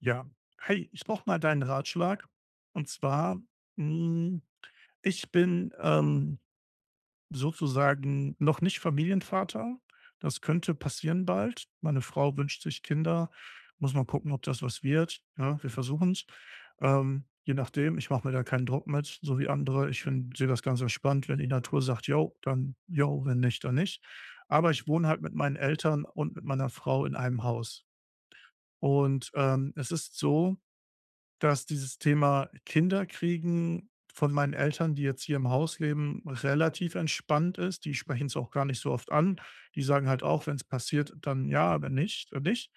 Ja, hey, ich brauche mal deinen Ratschlag. Und zwar, hm, ich bin, sozusagen noch nicht Familienvater. Das könnte passieren bald. Meine Frau wünscht sich Kinder. Muss man gucken, ob das was wird. Ja, wir versuchen's. Je nachdem, ich mache mir da keinen Druck mit, so wie andere. Ich finde sehe das ganz entspannt, wenn die Natur sagt: „Jo", dann jo, wenn nicht, dann nicht. Aber ich wohne halt mit meinen Eltern und mit meiner Frau in einem Haus. Und, es ist so, dass dieses Thema Kinder kriegen von meinen Eltern, die jetzt hier im Haus leben, relativ entspannt ist. Die sprechen es auch gar nicht so oft an. Die sagen halt auch, wenn es passiert, dann ja, wenn nicht, dann nicht.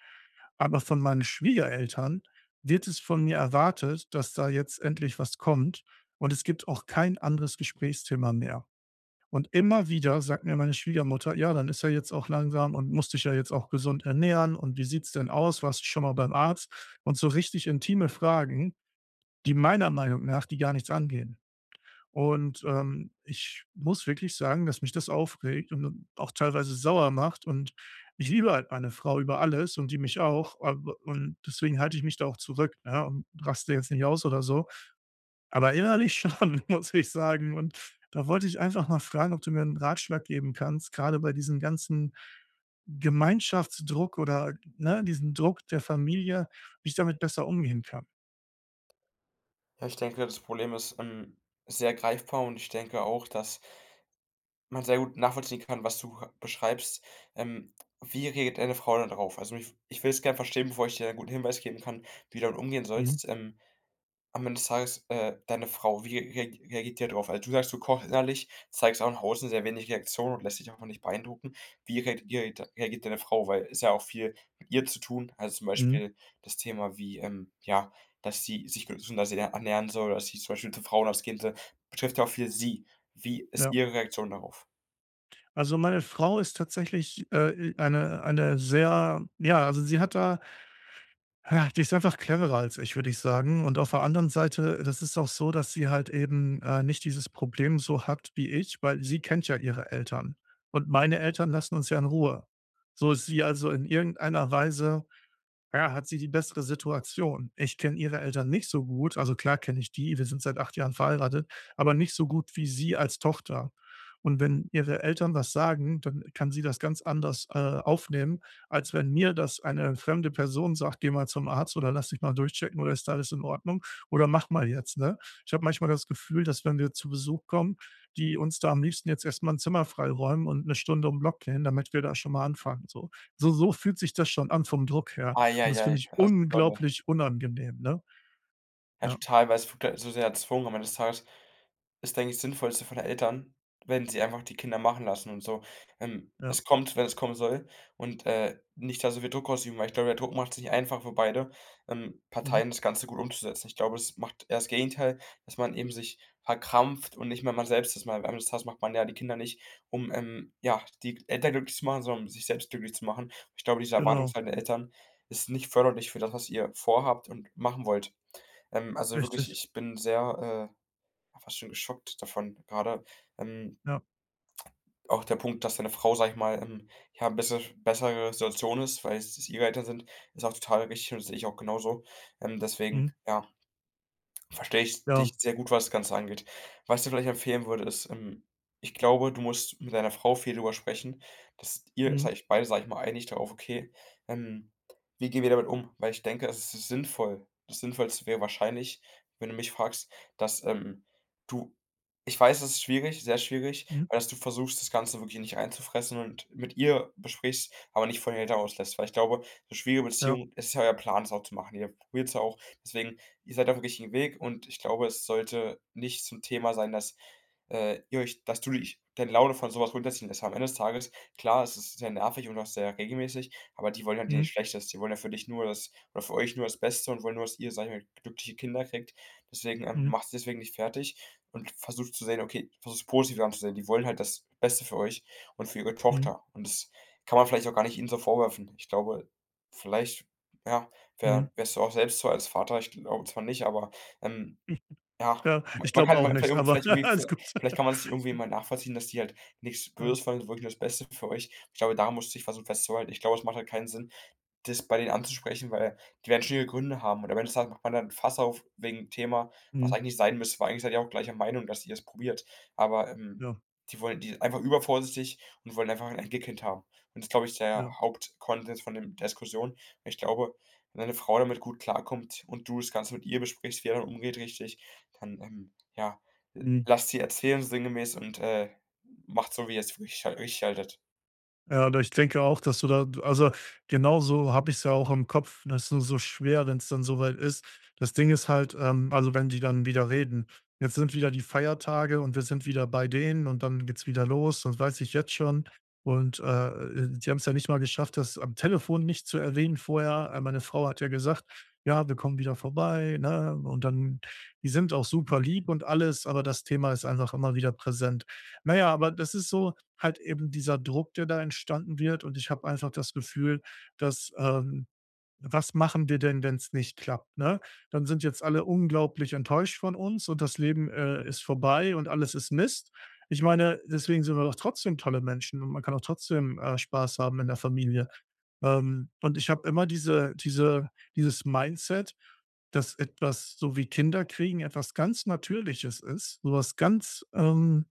Aber von meinen Schwiegereltern wird es von mir erwartet, dass da jetzt endlich was kommt, und es gibt auch kein anderes Gesprächsthema mehr. Und immer wieder sagt mir meine Schwiegermutter: „Ja, dann ist ja jetzt auch langsam und musst dich ja jetzt auch gesund ernähren und wie sieht's denn aus? Warst du schon mal beim Arzt?" Und so richtig intime Fragen, die meiner Meinung nach die gar nichts angehen. Und, ich muss wirklich sagen, dass mich das aufregt und auch teilweise sauer macht, und ich liebe halt meine Frau über alles und die mich auch, aber und deswegen halte ich mich da auch zurück, ne, und raste jetzt nicht aus oder so. Aber innerlich schon, muss ich sagen. Und da wollte ich einfach mal fragen, ob du mir einen Ratschlag geben kannst, gerade bei diesem ganzen Gemeinschaftsdruck oder, ne, diesen Druck der Familie, wie ich damit besser umgehen kann. Ja, ich denke, das Problem ist, sehr greifbar und ich denke auch, dass man sehr gut nachvollziehen kann, was du beschreibst. Ähm, Wie reagiert eine Frau dann darauf? Also, ich will es gerne verstehen, bevor ich dir einen guten Hinweis geben kann, wie du damit umgehen Mhm, sollst. Am Ende des Tages, deine Frau, wie reagiert die darauf? Also, du sagst, du kochst innerlich, zeigst auch nach außen sehr wenig Reaktion und lässt dich auch nicht beeindrucken. Wie reagiert deine Frau? Weil es ja auch viel mit ihr zu tun. Also, zum mhm, Beispiel das Thema wie, ja, dass sie sich gesünder se ernähren soll, dass sie zum Beispiel zu Frauenarzt gehen soll, betrifft ja auch viel sie. Wie ist ja. ihre Reaktion darauf? Also, meine Frau ist tatsächlich, eine sehr ja, also, sie hat da ja, die ist einfach cleverer als ich, würde ich sagen. Und auf der anderen Seite, das ist auch so, dass sie halt eben, nicht dieses Problem so hat wie ich, weil sie kennt ja ihre Eltern. Und meine Eltern lassen uns ja in Ruhe. So ist sie also in irgendeiner Weise ja, hat sie die bessere Situation. Ich kenne ihre Eltern nicht so gut. Also klar kenne ich die, wir sind seit 8 Jahren verheiratet, aber nicht so gut wie sie als Tochter. Und wenn ihre Eltern was sagen, dann kann sie das ganz anders, aufnehmen, als wenn mir das eine fremde Person sagt: „Geh mal zum Arzt oder lass dich mal durchchecken oder ist alles in Ordnung oder mach mal jetzt", ne? Ich habe manchmal das Gefühl, dass wenn wir zu Besuch kommen, die uns da am liebsten jetzt erstmal ein Zimmer freiräumen und eine Stunde um 'n Block gehen, damit wir da schon mal anfangen, so. So fühlt sich das schon an vom Druck her. Ei, Und ei, das ei, finde ich das ist dolle. unglaublich unangenehm, ne? Ja, Ja, total, weil es wirkt halt so sehr erzwungen. Am Ende des Tages ist, denke ich, das Sinnvollste von den Eltern, wenn sie einfach die Kinder machen lassen und so. Es ja. kommt, wenn es kommen soll und, nicht da so viel Druck ausüben, weil ich glaube, der Druck macht es nicht einfach für beide, Mhm. Parteien das Ganze gut umzusetzen. Ich glaube, es macht eher das Gegenteil, dass man eben sich verkrampft und nicht mehr man selbst ist. Weil am Ende des Tages macht man ja die Kinder nicht, um, ja, die Eltern glücklich zu machen, sondern um sich selbst glücklich zu machen. Ich glaube, diese Genau, Erwartungshaltung der Eltern ist nicht förderlich für das, was ihr vorhabt und machen wollt. Also wirklich, richtig. ich bin sehr, fast schon geschockt davon gerade. Ähm, Ja. Auch der Punkt, dass deine Frau, sage ich mal, ja, 'n bisschen bessere Situation ist, weil es ihre Eltern sind, ist auch total richtig und das sehe ich auch genauso. Deswegen, Mhm. ja. Verstehe ich dich Ja. sehr gut, was das Ganze angeht. Was ich dir vielleicht empfehlen würde, ist, ich glaube, du musst mit deiner Frau viel darüber sprechen, dass ihr Mhm. seid ich beide, sage ich mal, einig darauf, okay, ähm, wie gehen wir damit um? Weil ich denke, es ist sinnvoll. Das Sinnvollste wäre wahrscheinlich, wenn du mich fragst, dass du, ich weiß, es ist schwierig, sehr schwierig, Mhm. aber dass du versuchst, das Ganze wirklich nicht reinzufressen und mit ihr besprichst, aber nicht von ihr auslässt. Weil ich glaube, so schwierige Ja. Beziehungen, es ist ja euer Plan, es auch zu machen. Ihr probiert es ja auch. Deswegen ihr seid auf dem richtigen Weg und ich glaube, es sollte nicht zum Thema sein, dass, ihr euch dass du dich deine Laune von sowas was runterziehen lässt. Am Ende des Tages, klar, es ist sehr nervig und auch sehr regelmäßig, aber die wollen ja dir Mhm. nicht Schlechtes. Die wollen ja für dich nur das oder für euch nur das Beste und wollen nur, dass ihr, sage ich mal, glückliche Kinder kriegt. Deswegen, Mhm. macht's deswegen nicht fertig und versucht zu sehen okay, versucht es positiv anzusehen. Die wollen halt das Beste für euch und für ihre Mhm. Tochter und das kann man vielleicht auch gar nicht ihnen so vorwerfen. Ich glaube, vielleicht ja, Mhm. wärst du auch selbst so als Vater? Ich glaube zwar nicht, aber, ähm, ja, Ja, ma ich glaube auch man kann nicht, aber irgendwie alles gut. vielleicht kann man das irgendwie mal nachvollziehen, dass die halt nichts Ja. Böses wollen, wirklich nur das Beste für euch. Ich glaube, daran musst du dich versuchen festzuhalten. Ich glaube, es macht halt keinen Sinn, das bei denen anzusprechen, weil die werden schon ihre Gründe haben. Und am Ende des Tages macht man dann ein Fass auf wegen 'n Thema, was Mhm. eigentlich nicht sein müsste, weil eigentlich seid ihr auch gleicher Meinung, dass ihr es probiert. Aber, Ja, die wollen die sind einfach übervorsichtig und wollen einfach ein Enkelkind haben. Und das ist, glaube ich, der ja. haupt von dem der Diskussion. Und ich glaube, wenn eine Frau damit gut klarkommt und du das Ganze mit ihr besprichst, wie er dann umgeht richtig, dann, ja, Mhm. lass sie erzählen sinngemäß und, macht so, wie ihr's für richtig haltet. Ja, da ich denke auch, dass du da also, genauso habe ich's ja auch im Kopf. Das ist nur so schwer, wenn es dann soweit ist. Das Ding ist halt, also, wenn die dann wieder reden: „Jetzt sind wieder die Feiertage und wir sind wieder bei denen und dann geht's wieder los, das weiß ich jetzt schon." Und, die haben es ja nicht mal geschafft, das am Telefon nicht zu erwähnen vorher. Meine Frau hat ja gesagt: „Ja, wir kommen wieder vorbei", ne? Und dann die sind auch super lieb und alles, aber das Thema ist einfach immer wieder präsent. Na ja, aber das ist so halt eben dieser Druck, der da entstanden wird, und ich habe einfach das Gefühl, dass, was machen wir denn, wenn es nicht klappt, ne? Dann sind jetzt alle unglaublich enttäuscht von uns und das Leben, ist vorbei und alles ist Mist. Ich meine, deswegen sind wir doch trotzdem tolle Menschen und man kann auch trotzdem, Spaß haben in der Familie. Und ich habe immer dieses Mindset, dass etwas so wie Kinder kriegen etwas ganz Natürliches ist, sowas ganz,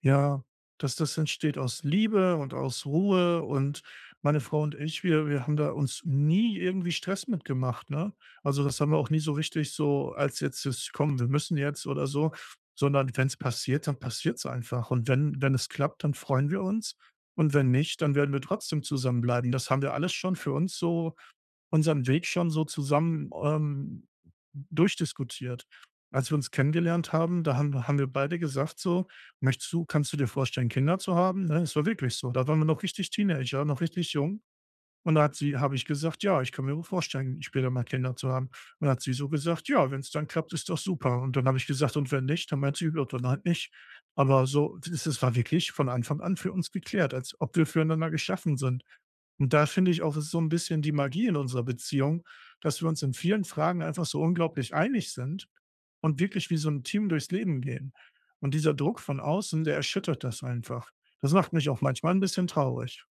ja, dass das entsteht aus Liebe und aus Ruhe, und meine Frau und ich, wir haben da uns nie irgendwie Stress mitgemacht, ne? Also, das haben wir auch nie so richtig so als jetzt das: „Komm, wir müssen jetzt" oder so, sondern wenn es passiert, dann passiert es einfach. Und wenn es klappt, dann freuen wir uns, und wenn nicht, dann werden wir trotzdem zusammenbleiben. Das haben wir alles schon für uns so unseren Weg schon so zusammen, durchdiskutiert. Als wir uns kennengelernt haben, da haben wir beide gesagt so: „Möchtest du kannst du dir vorstellen, Kinder zu haben?" Ne, es war wirklich so. Da waren wir noch richtig Teenager, noch richtig jung. Und da hat sie habe ich gesagt: „Ja, ich kann mir vorstellen, später mal Kinder zu haben." Und hat sie so gesagt: „Ja, wenn es dann klappt, ist doch super." Und dann habe ich gesagt: „Und wenn nicht?" Dann meint sie: „Ja, dann halt nicht." Aber so das war wirklich von Anfang an für uns geklärt, als ob wir füreinander geschaffen sind. Und da finde ich auch, es ist so ein bisschen die Magie in unserer Beziehung, dass wir uns in vielen Fragen einfach so unglaublich einig sind und wirklich wie so ein Team durchs Leben gehen. Und dieser Druck von außen, der erschüttert das einfach. Das macht mich auch manchmal ein bisschen traurig.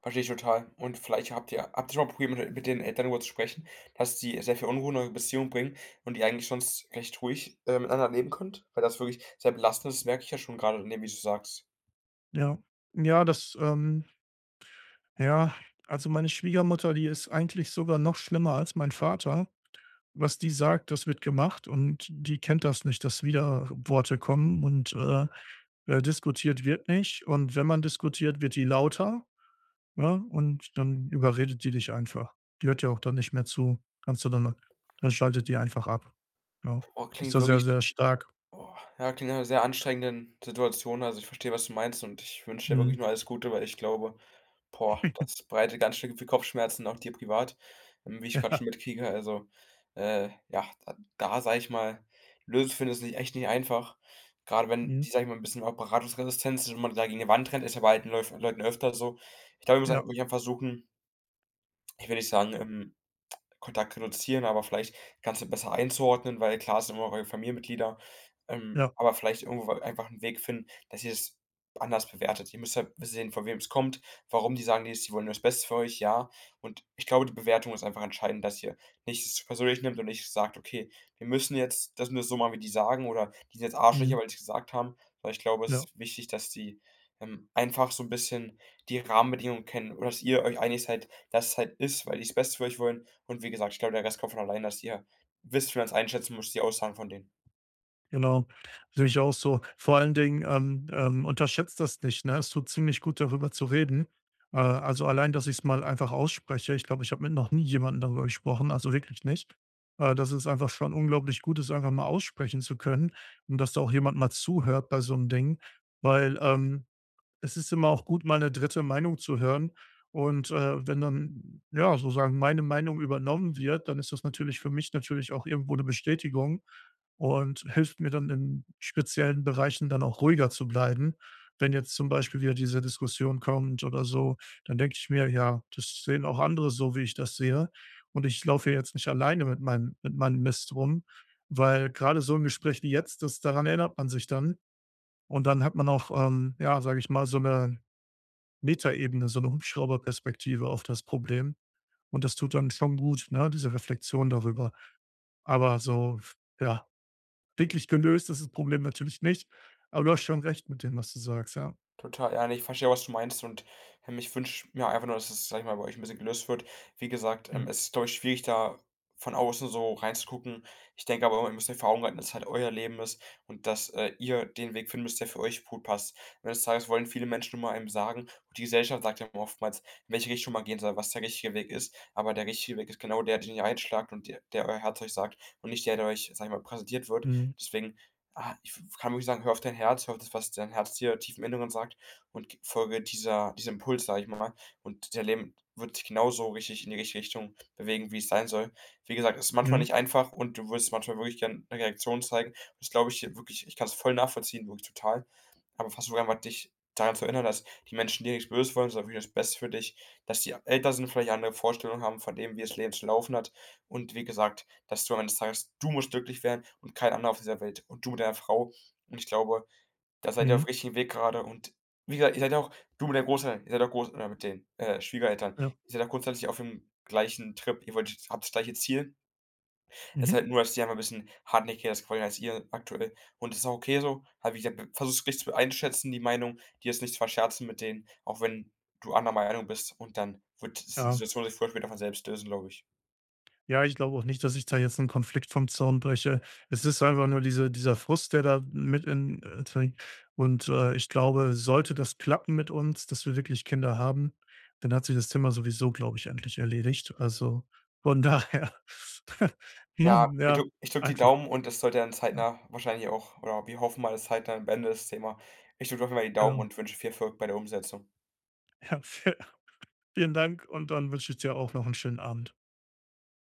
Verstehe ich total. Und vielleicht habt ihr schon mal probiert, mit den Eltern darüber zu sprechen, dass die sehr viel Unruhe in eure Beziehung bringen und ihr eigentlich sonst recht ruhig, miteinander leben könnt? Weil das wirklich sehr belastend ist, merke ich ja schon gerade, in dem, wie du sagst. Ja. Ja, das, ja, also meine Schwiegermutter, die ist eigentlich sogar noch schlimmer als mein Vater. Was die sagt, das wird gemacht, und die kennt das nicht, dass wieder Worte kommen, und diskutiert wird nicht. Und wenn man diskutiert, wird die lauter, ja, und dann überredet die dich einfach. Die hört ja auch dann nicht mehr zu. Kannst du dann schaltet die einfach ab. Ja. Oh, Ist klingt da sehr, wirklich. sehr stark. Oh, ja, klingt nach 'ner sehr anstrengenden Situation. Also, ich verstehe, was du meinst, und ich wünsche dir Mhm. wirklich nur alles Gute, weil ich glaube, boah, das bereitet ganz schön viel Kopfschmerzen, auch dir privat, wie ich grad schon Ja. mitkriege. Also, ja, da sage ich mal, Lösung finden ist nicht echt nicht einfach. Grade wenn Mhm. die, sage ich mal, 'n bisschen auch beratungsresistent sind und man da gegen die Wand rennt, ist ja bei alten Läuf Leuten öfter so. Ich glaube, man muss halt Ja. wirklich einfach versuchen ich will nicht sagen, Kontakt reduzieren, aber vielleicht kannst du besser einzuordnen, weil klar sind immer eure Familienmitglieder, Ja. aber vielleicht irgendwo einfach einen Weg finden, dass ihr es anders bewertet. Ihr müsst halt sehen, von wem es kommt, warum die sagen jetzt, die wollen nur das Beste für euch, ja. Und ich glaube, die Bewertung ist einfach entscheidend, dass ihr nicht es persönlich nimmt und nicht sagt: „Okay, wir müssen jetzt das nur so machen, wie die sagen“, oder „die sind jetzt Arschlöcher, Mhm. weil die es gesagt haben“, weil ich glaube, es Ja. ist wichtig, dass die, einfach so ein bisschen die Rahmenbedingungen kennen oder dass ihr euch einig seid, dass es halt ist, weil die die's Beste für euch wollen, und wie gesagt, ich glaube, der Rest kommt von allein, dass ihr wisst, wie man es einschätzen muss, die Aussagen von denen. Genau, sehe ich auch so. Vor allen Dingen, unterschätzt das nicht, ne? Es tut ziemlich gut, darüber zu reden. Also, allein, dass ich es mal einfach ausspreche. Ich glaube, ich habe mit noch nie jemandem darüber gesprochen, also wirklich nicht. Dass es einfach schon unglaublich gut ist, einfach mal aussprechen zu können, und dass da auch jemand mal zuhört bei so einem Ding, weil, es ist immer auch gut, mal eine dritte Meinung zu hören. Und, wenn dann, ja, sozusagen meine Meinung übernommen wird, dann ist das natürlich für mich natürlich auch irgendwo eine Bestätigung und hilft mir dann in speziellen Bereichen dann auch ruhiger zu bleiben. Wenn jetzt zum Beispiel wieder diese Diskussion kommt oder so, dann denke ich mir: „Ja, das sehen auch andere so, wie ich das sehe. Und ich laufe hier jetzt nicht alleine mit meinem Mist rum." Weil gerade so ein Gespräch wie jetzt, das daran erinnert man sich dann, und dann hat man auch, ja, sage ich mal, so eine Metaebene, so eine Hubschrauberperspektive auf das Problem. Und das tut dann schon gut, ne, diese Reflexion darüber. Aber so, ja, wirklich gelöst ist das Problem natürlich nicht. Aber du hast schon recht mit dem, was du sagst, ja. Total, ja, ne, ich verstehe, was du meinst und, ich wünsche mir einfach nur, dass es, sag ich mal, bei euch ein bisschen gelöst wird. Wie gesagt, Mhm. es ist, glaube ich, schwierig, da von außen so reinzugucken. Ich denke aber ihr müsst euch vor Augen halten, dass es halt euer Leben ist und dass, ihr den Weg finden müsst, der für euch gut passt. Am Ende des Tages wollen viele Menschen nur mal einem sagen und die Gesellschaft sagt einem oftmals, in welche Richtung man gehen soll, was der richtige Weg ist. Aber der richtige Weg ist genau der, den ihr einschlagt und der euer Herz euch sagt und nicht der, der euch, sag ich mal, präsentiert wird. Mhm. Deswegen ah, ich kann wirklich sagen, hör auf dein Herz, hör auf das, was dein Herz dir tief im Inneren sagt und g folge dieser diesem Impuls, sage ich mal. Und dein Leben wird sich genauso richtig in die richtige Richtung bewegen, wie es sein soll. Wie gesagt, es ist manchmal Mhm. nicht einfach und du würdest manchmal wirklich gern 'ne Reaktion zeigen. Das glaube ich dir wirklich, ich kann es voll nachvollziehen, wirklich total, aber fast sogar mal dich daran zu erinnern, dass die Menschen dir nichts Böses wollen, sondern wirklich das Beste für dich, dass die älter sind, vielleicht andere Vorstellungen haben von dem, wie das Leben zu laufen hat. Und wie gesagt, dass du am Ende des Tages, du musst glücklich werden und kein anderer auf dieser Welt und du mit deiner Frau. Und ich glaube, da seid ihr auf Mhm. dem richtigen Weg gerade. Und wie gesagt, ihr seid ja auch, du mit deinen Großeltern, ihr seid auch Groß oder mit den Schwiegereltern, Ja. ihr seid auch grundsätzlich auf dem gleichen Trip, ihr wollt, habt das gleiche Ziel. Es ist Mhm. halt nur, dass die einfach 'n bisschen hartnäckiger das wollen als ihr aktuell. Und das ist auch okay so. Aber wie gesagt, versuch's richtig zu einschätzen, die Meinung, dir das nicht zu verscherzen mit denen, auch wenn du anderer Meinung bist. Und dann wird s die Ja. Situation sich früher oder später von selbst lösen, glaube ich. Ja, ich glaube auch nicht, dass ich da jetzt einen Konflikt vom Zaun breche. Es ist einfach nur dieser Frust, der da mit in drin und, ich glaube, sollte das klappen mit uns, dass wir wirklich Kinder haben, dann hat sich das Thema sowieso, glaube ich, endlich erledigt. Also, von daher, Ja, morgen ich ja, drücke ich drücke die einfach, Daumen und das sollte dann ja, zeitnah wahrscheinlich auch oder wir hoffen mal, dass zeitnah beendet ist das Thema. Ich drücke auf jeden Fall die Daumen genau. und wünsche viel Erfolg bei der Umsetzung. Ja, vielen Dank, und dann wünsche ich dir auch noch einen schönen Abend.